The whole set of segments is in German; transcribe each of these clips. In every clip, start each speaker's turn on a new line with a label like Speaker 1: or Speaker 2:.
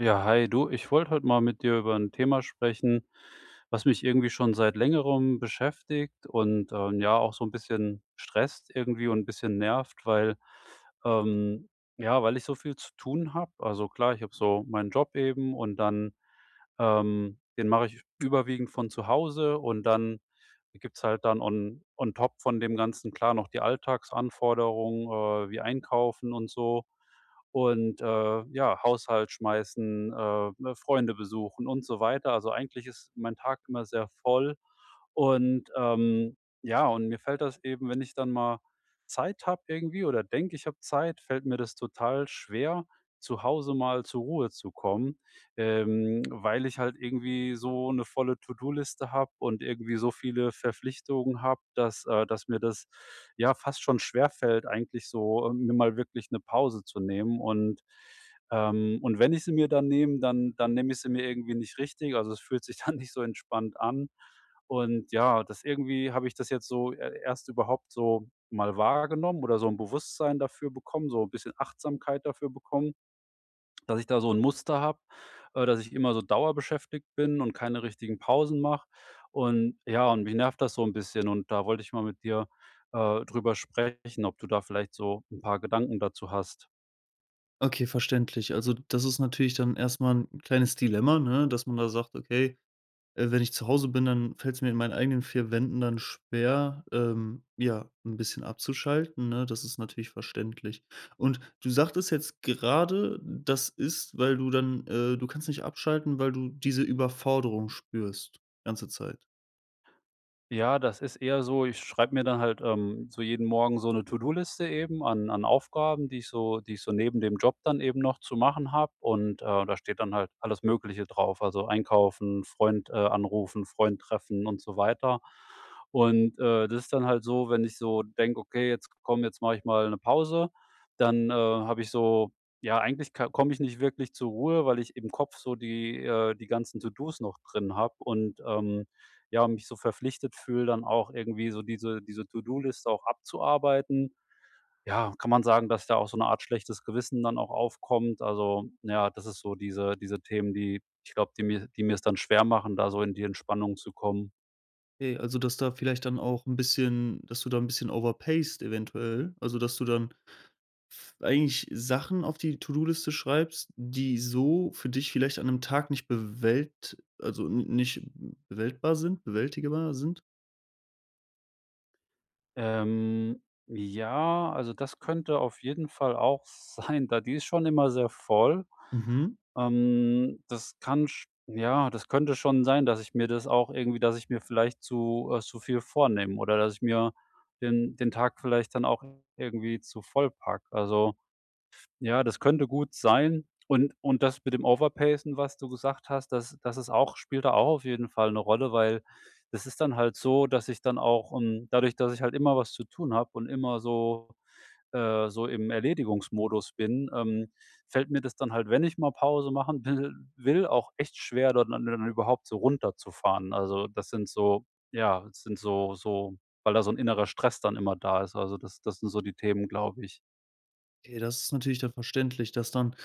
Speaker 1: Ja, hi, du, ich wollte heute mal mit dir über ein Thema sprechen, was mich irgendwie schon seit Längerem beschäftigt und, ja, auch so ein bisschen stresst irgendwie und ein bisschen nervt, weil ähm, ja, weil ich so viel zu tun habe. Also, klar, ich habe so meinen Job eben und dann den mache ich überwiegend von zu Hause und dann gibt's halt dann on top von dem Ganzen, klar, noch die Alltagsanforderungen, wie Einkaufen und so und, ja, Haushalt schmeißen, ne, Freunde besuchen und so weiter. Also, eigentlich ist mein Tag immer sehr voll. Und, ja, und mir fällt das eben, wenn ich dann mal Zeit habe irgendwie oder denke, ich habe Zeit, fällt mir das total schwer, zu Hause mal zur Ruhe zu kommen, weil ich halt irgendwie so eine volle To-do-Liste habe und irgendwie so viele Verpflichtungen habe, dass mir das, ja, fast schon schwerfällt, eigentlich so, mir mal wirklich eine Pause zu nehmen. Und, und wenn ich sie mir dann nehme, dann nehme ich sie mir irgendwie nicht richtig. Also, es fühlt sich dann nicht so entspannt an. Und ja, das irgendwie habe ich das jetzt so e erst überhaupt so mal wahrgenommen oder so ein Bewusstsein dafür bekommen, so ein bisschen Achtsamkeit dafür bekommen, dass ich da so ein Muster habe, dass ich immer so dauerbeschäftigt bin und keine richtigen Pausen mache. Und ja, und mich nervt das so ein bisschen und da wollte ich mal mit dir, drüber sprechen, ob du da vielleicht so ein paar Gedanken dazu hast.
Speaker 2: Okay, verständlich. Also, das ist natürlich dann erstmal ein kleines Dilemma, ne, dass man da sagt: „Okay, wenn ich zu Hause bin, dann fällt es mir in meinen eigenen 4 Wänden dann schwer, ja, ein bisschen abzuschalten“, ne? Das ist natürlich verständlich. Und du sagtest jetzt gerade, das ist, weil du dann du kannst nicht abschalten, weil du diese Überforderung spürst, ganze Zeit.
Speaker 1: Ja, das ist eher so, ich schreibe mir dann halt, so jeden Morgen so eine To-do-Liste eben an Aufgaben, die ich so, die ich so neben dem Job dann eben noch zu machen habe und, da steht dann halt alles Mögliche drauf, also einkaufen, Freund, anrufen, Freund treffen und so weiter. Und, das ist dann halt so, wenn ich so denke: „Okay, jetzt komm, jetzt mache ich mal eine Pause“, dann, habe ich so, ja, eigentlich komme ich nicht wirklich zur Ruhe, weil ich im Kopf so die ganzen To-dos noch drin habe und, ja, mich so verpflichtet fühle, dann auch irgendwie so diese To-do-Liste auch abzuarbeiten. Ja, kann man sagen, dass da auch so eine Art schlechtes Gewissen dann auch aufkommt. Also, ja, das ist so diese Themen, die ich glaube, die mir, die mir es dann schwer machen, da so in die Entspannung zu kommen.
Speaker 2: Okay, also, dass da vielleicht dann auch ein bisschen dass du da ein bisschen overpaced eventuell, also, dass du dann eigentlich Sachen auf die To-do-Liste schreibst, die so für dich vielleicht an einem Tag nicht bewält also n nicht bewältbar sind bewältigbar sind
Speaker 1: Ähm, ja, also das könnte auf jeden Fall auch sein, da die ist schon immer sehr voll.
Speaker 2: Mhm.
Speaker 1: Das könnte schon sein, dass ich mir das auch irgendwie, dass ich mir vielleicht zu viel vornehme oder dass ich mir den Tag vielleicht dann auch irgendwie zu voll pack. Also, ja, das könnte gut sein. Und das mit dem Overpacen, was du gesagt hast, das ist auch, spielt da auch auf jeden Fall eine Rolle, weil das ist dann halt so, dass ich dann auch, dadurch, dass ich halt immer was zu tun habe und immer so so im Erledigungsmodus bin, fällt mir das dann halt, wenn ich mal Pause machen will, auch echt schwer, da dann überhaupt so runterzufahren. Also, das sind so, ja, das sind so so, weil da so ein innerer Stress dann immer da ist. Also, das sind so die Themen, glaube ich.
Speaker 2: Okay, das ist natürlich dann verständlich, dass dann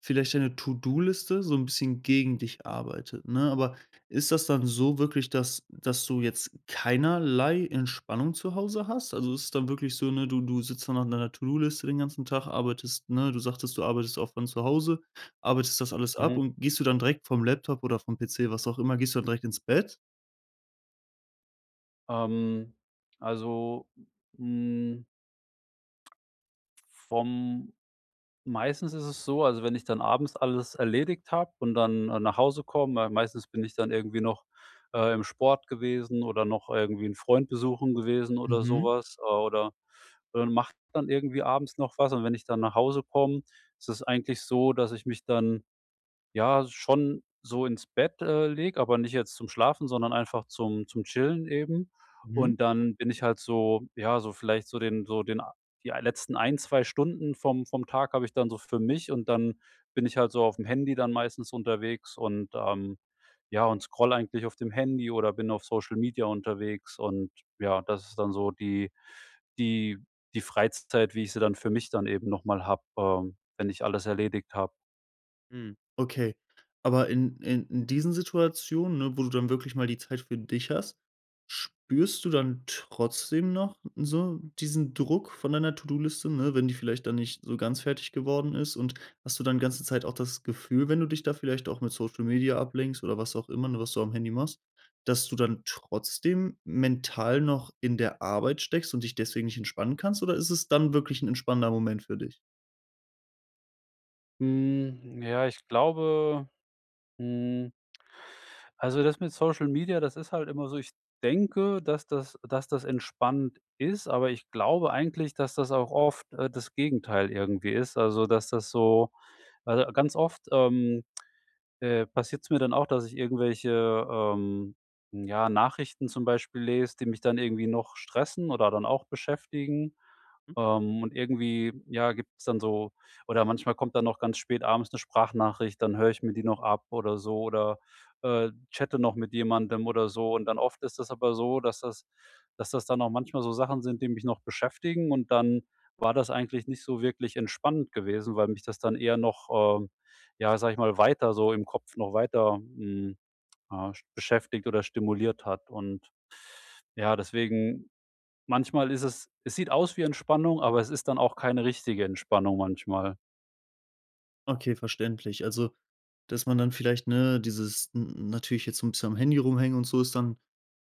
Speaker 2: vielleicht deine To-do-Liste so ein bisschen gegen dich arbeitet, ne? Aber ist das dann so wirklich, dass dass du jetzt keinerlei Entspannung zu Hause hast? Also, ist es dann wirklich so, ne, du sitzt dann an deiner To-do-Liste den ganzen Tag, arbeitest, ne, du sagtest, du arbeitest auch von zu Hause, arbeitest das alles ab
Speaker 1: Mhm.
Speaker 2: und gehst du dann direkt vom Laptop oder vom PC, was auch immer, gehst du dann direkt ins Bett?
Speaker 1: Ähm, also, hm, vom meistens ist es so, also, wenn ich dann abends alles erledigt habe und dann, nach Hause komme, weil meistens bin ich dann irgendwie noch, im Sport gewesen oder noch irgendwie einen Freund besuchen gewesen oder
Speaker 2: Mhm,
Speaker 1: sowas, oder mache dann irgendwie abends noch was. Und wenn ich dann nach Hause komme, ist es eigentlich so, dass ich mich dann, ja, schon so ins Bett, lege, aber nicht jetzt zum Schlafen, sondern einfach zum Chillen eben.
Speaker 2: mhm.
Speaker 1: Und dann bin ich halt so, ja, so vielleicht so den, so den a die letzten ein 2 Stunden vom Tag habe ich dann so für mich und dann bin ich halt so auf dem Handy dann meistens unterwegs und, ja, und scroll eigentlich auf dem Handy oder bin auf Social Media unterwegs und, ja, das ist dann so die, die, die Freizeit, wie ich sie dann für mich dann eben noch mal habe, wenn ich alles erledigt habe.
Speaker 2: Mhm. Okay. Aber in diesen Situationen, ne, wo du dann wirklich mal die Zeit für dich hast, spürst du dann trotzdem noch so diesen Druck von deiner To-do-Liste, ne, wenn die vielleicht dann nicht so ganz fertig geworden ist? Und hast du dann ganze Zeit auch das Gefühl, wenn du dich da vielleicht auch mit Social Media ablenkst oder was auch immer, ne, was du am Handy machst, dass du dann trotzdem mental noch in der Arbeit steckst und dich deswegen nicht entspannen kannst? Oder ist es dann wirklich ein entspannender Moment für dich?
Speaker 1: Hm, ja, ich glaube, hm, also, das mit Social Media, das ist halt immer so, ich denke, dass das entspannt ist, aber ich glaube eigentlich, dass das auch oft, das Gegenteil irgendwie ist. Also, dass das so, also, ganz oft, passiert es mir dann auch, dass ich irgendwelche, ja, Nachrichten zum Beispiel lese, die mich dann irgendwie noch stressen oder dann auch beschäftigen. Und irgendwie, ja, gibt es dann so, oder manchmal kommt dann noch ganz spät abends eine Sprachnachricht, dann höre ich mir die noch ab oder so oder, chatte noch mit jemandem oder so. Und dann oft ist das aber so, dass das, dass das dann auch manchmal so Sachen sind, die mich noch beschäftigen und dann war das eigentlich nicht so wirklich entspannend gewesen, weil mich das dann eher noch, äh, ja, sage ich mal, weiter so im Kopf noch weiter, beschäftigt oder stimuliert hat. Und ja, deswegen, manchmal ist es, es sieht aus wie Entspannung, aber es ist dann auch keine richtige Entspannung manchmal.
Speaker 2: Okay, verständlich. Also, dass man dann vielleicht, ne, dieses n natürlich jetzt so ein bisschen am Handy rumhängen und so ist dann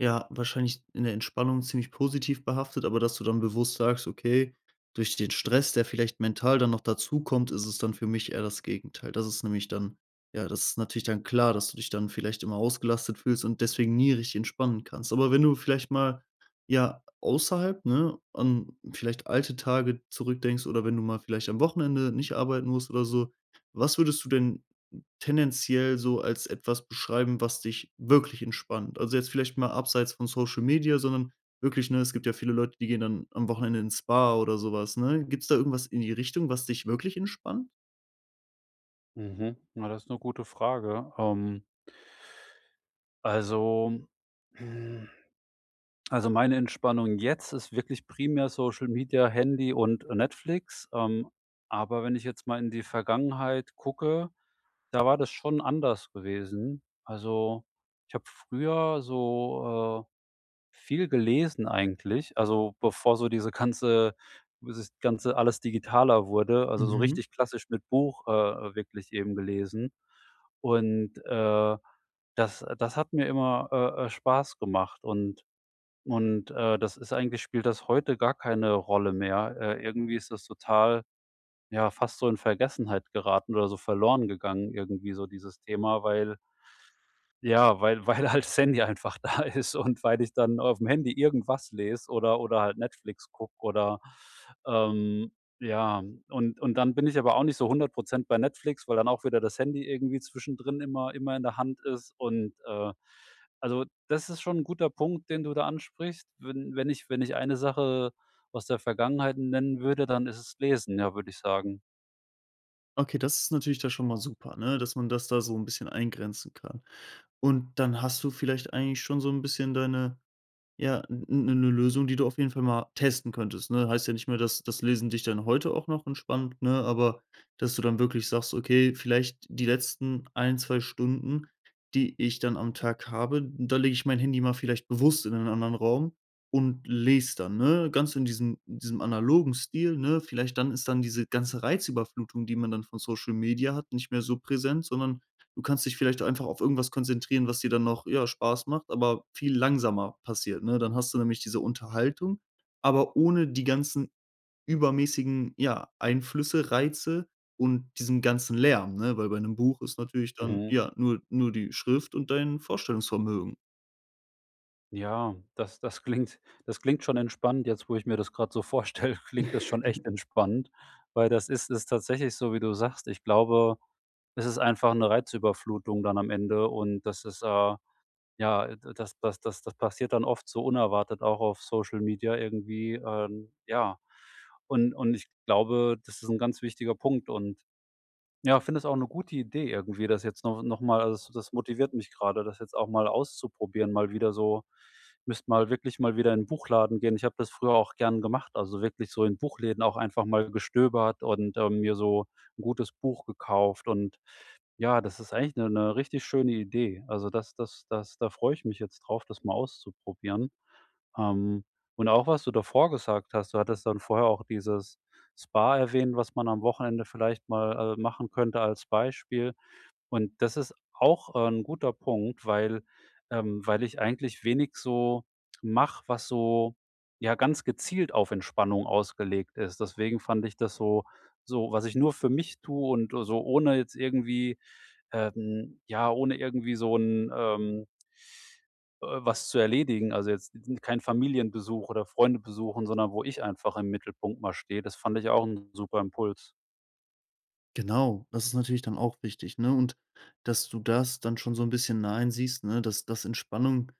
Speaker 2: ja wahrscheinlich in der Entspannung ziemlich positiv behaftet, aber dass du dann bewusst sagst: „Okay, durch den Stress, der vielleicht mental dann noch dazukommt, ist es dann für mich eher das Gegenteil.“ Das ist nämlich dann ja, das ist natürlich dann klar, dass du dich dann vielleicht immer ausgelastet fühlst und deswegen nie richtig entspannen kannst. Aber wenn du vielleicht mal, ja, außerhalb, ne, an vielleicht alte Tage zurückdenkst oder wenn du mal vielleicht am Wochenende nicht arbeiten musst oder so, was würdest du denn tendenziell so als etwas beschreiben, was dich wirklich entspannt? Also, jetzt vielleicht mal abseits von Social Media, sondern wirklich, ne, es gibt ja viele Leute, die gehen dann am Wochenende ins Spa oder sowas, ne? Gibt's da irgendwas in die Richtung, was dich wirklich entspannt?
Speaker 1: Mhm. Ja, das ist eine gute Frage. Also, Also, meine Entspannung jetzt ist wirklich primär Social Media, Handy und Netflix. Aber wenn ich jetzt mal in die Vergangenheit gucke, da war das schon anders gewesen. Also, ich habe früher so, viel gelesen eigentlich, also, bevor so dieses ganze alles digitaler wurde, also, so
Speaker 2: Mhm.
Speaker 1: richtig klassisch mit Buch, wirklich eben gelesen. Und, das hat mir immer, Spaß gemacht und, das ist eigentlich spielt das heute gar keine Rolle mehr. Irgendwie ist das total, ja, fast so in Vergessenheit geraten oder so verloren gegangen irgendwie, so dieses Thema, weil, ja, weil halt das Handy einfach da ist und weil ich dann aufm Handy irgendwas lese oder halt Netflix gucke oder, ähm ja, und dann bin ich aber auch nicht so 100% bei Netflix, weil dann auch wieder das Handy irgendwie zwischendrin immer in der Hand ist und, also, das ist schon 'n guter Punkt, den du da ansprichst. Wenn ich eine Sache aus der Vergangenheit nennen würde, dann ist es Lesen, ja, würde ich sagen.
Speaker 2: Okay, das ist natürlich da schon mal super, ne, dass man das da so ein bisschen eingrenzen kann. Und dann hast du vielleicht eigentlich schon so ein bisschen deine, ja, eine Lösung, die du auf jeden Fall mal testen könntest, ne? Heißt ja nicht mehr, dass das Lesen dich dann heute auch noch entspannt, ne, aber dass du dann wirklich sagst: „Okay, vielleicht die letzten ein 2 Stunden, die ich dann am Tag habe, da lege ich mein Handy mal vielleicht bewusst in einen anderen Raum und lese dann“, ne? Ganz in diesem analogen Stil, ne? Vielleicht dann ist dann diese ganze Reizüberflutung, die man dann von Social Media hat, nicht mehr so präsent, sondern du kannst dich vielleicht einfach auf irgendwas konzentrieren, was dir dann noch, ja, Spaß macht, aber viel langsamer passiert, ne? Dann hast du nämlich diese Unterhaltung, aber ohne die ganzen übermäßigen, ja, Einflüsse, Reize und diesen ganzen Lärm, ne? Weil bei 'nem Buch ist natürlich dann,
Speaker 1: Mhm.
Speaker 2: ja, nur die Schrift und dein Vorstellungsvermögen.
Speaker 1: Ja, das klingt, das klingt schon entspannt. Jetzt, wo ich mir das gerade so vorstelle, klingt das schon echt entspannt, weil das ist, ist tatsächlich so, wie du sagst. Ich glaube, es ist einfach eine Reizüberflutung dann am Ende und das ist, ja, d das passiert dann oft so unerwartet auch auf Social Media irgendwie, ja. Und ich glaube, das ist ein ganz wichtiger Punkt und, ja, finde es auch eine gute Idee irgendwie, das jetzt noch mal, also, das das motiviert mich gerade, das jetzt auch mal auszuprobieren, mal wieder so, müsst mal wirklich mal wieder in 'n Buchladen gehen. Ich habe das früher auch gern gemacht, also, wirklich so in Buchläden auch einfach mal gestöbert und, mir so ein gutes Buch gekauft und, ja, das ist eigentlich eine 'ne richtig schöne Idee. Also, das das das da freue ich mich jetzt drauf, das mal auszuprobieren. Ähm, und auch, was du davor gesagt hast, du hattest dann vorher auch dieses Spa erwähnt, was man am Wochenende vielleicht mal, machen könnte als Beispiel. Und das ist auch, 'n guter Punkt, weil, weil ich eigentlich wenig so mache, was so, ja, ganz gezielt auf Entspannung ausgelegt ist. Deswegen fand ich das so, so, was ich nur für mich tue und so ohne jetzt irgendwie, ja, ohne irgendwie so ein, was zu erledigen. Also, jetzt kein Familienbesuch oder Freunde besuchen, sondern wo ich einfach im Mittelpunkt mal stehe. Das fand ich auch ein super Impuls.
Speaker 2: Genau, das ist natürlich dann auch wichtig, ne? Und dass du das dann schon so 'n bisschen nah einsiehst, ne, dass dass Entspannung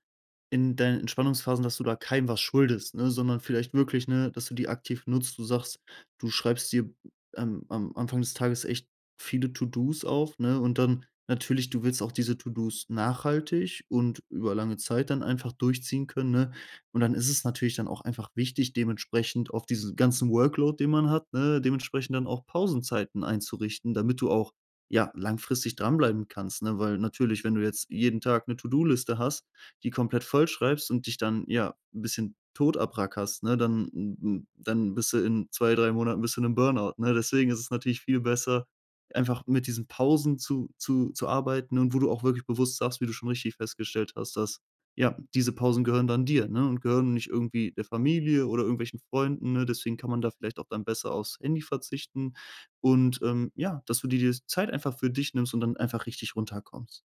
Speaker 2: in deinen Entspannungsphasen, dass du da keinem was schuldest, ne, sondern vielleicht wirklich, ne, dass du die aktiv nutzt. Du sagst, du schreibst dir am Anfang des Tages echt viele To-dos auf, ne, und dann natürlich, du willst auch diese To-dos nachhaltig und über lange Zeit dann einfach durchziehen können, ne? Und dann ist es natürlich dann auch einfach wichtig, dementsprechend auf diesen ganzen Workload, den man hat, ne, dementsprechend dann auch Pausenzeiten einzurichten, damit du auch, ja, langfristig dranbleiben kannst, ne? Weil natürlich, wenn du jetzt jeden Tag eine To-do-Liste hast, die komplett vollschreibst und dich dann, ja, ein bisschen tot abrackerst, ne, dann m dann bist du in 2 3 Monaten bist du in 'nem Burnout, ne? Deswegen ist es natürlich viel besser, einfach mit diesen Pausen zu arbeiten und wo du auch wirklich bewusst sagst, wie du schon richtig festgestellt hast, dass, ja, diese Pausen gehören dann dir, ne, und gehören nicht irgendwie der Familie oder irgendwelchen Freunden, ne? Deswegen kann man da vielleicht auch dann besser aufs Handy verzichten und, ja, dass du dir die Zeit einfach für dich nimmst und dann einfach richtig runterkommst.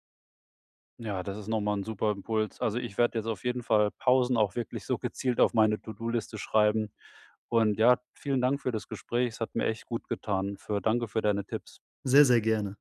Speaker 1: Ja, das ist noch mal 'n super Impuls. Also, ich werde jetzt auf jeden Fall Pausen auch wirklich so gezielt auf meine To-do-Liste schreiben. Und ja, vielen Dank für das Gespräch. Es hat mir echt gut getan. Für danke für deine Tipps.
Speaker 2: Sehr, sehr gerne.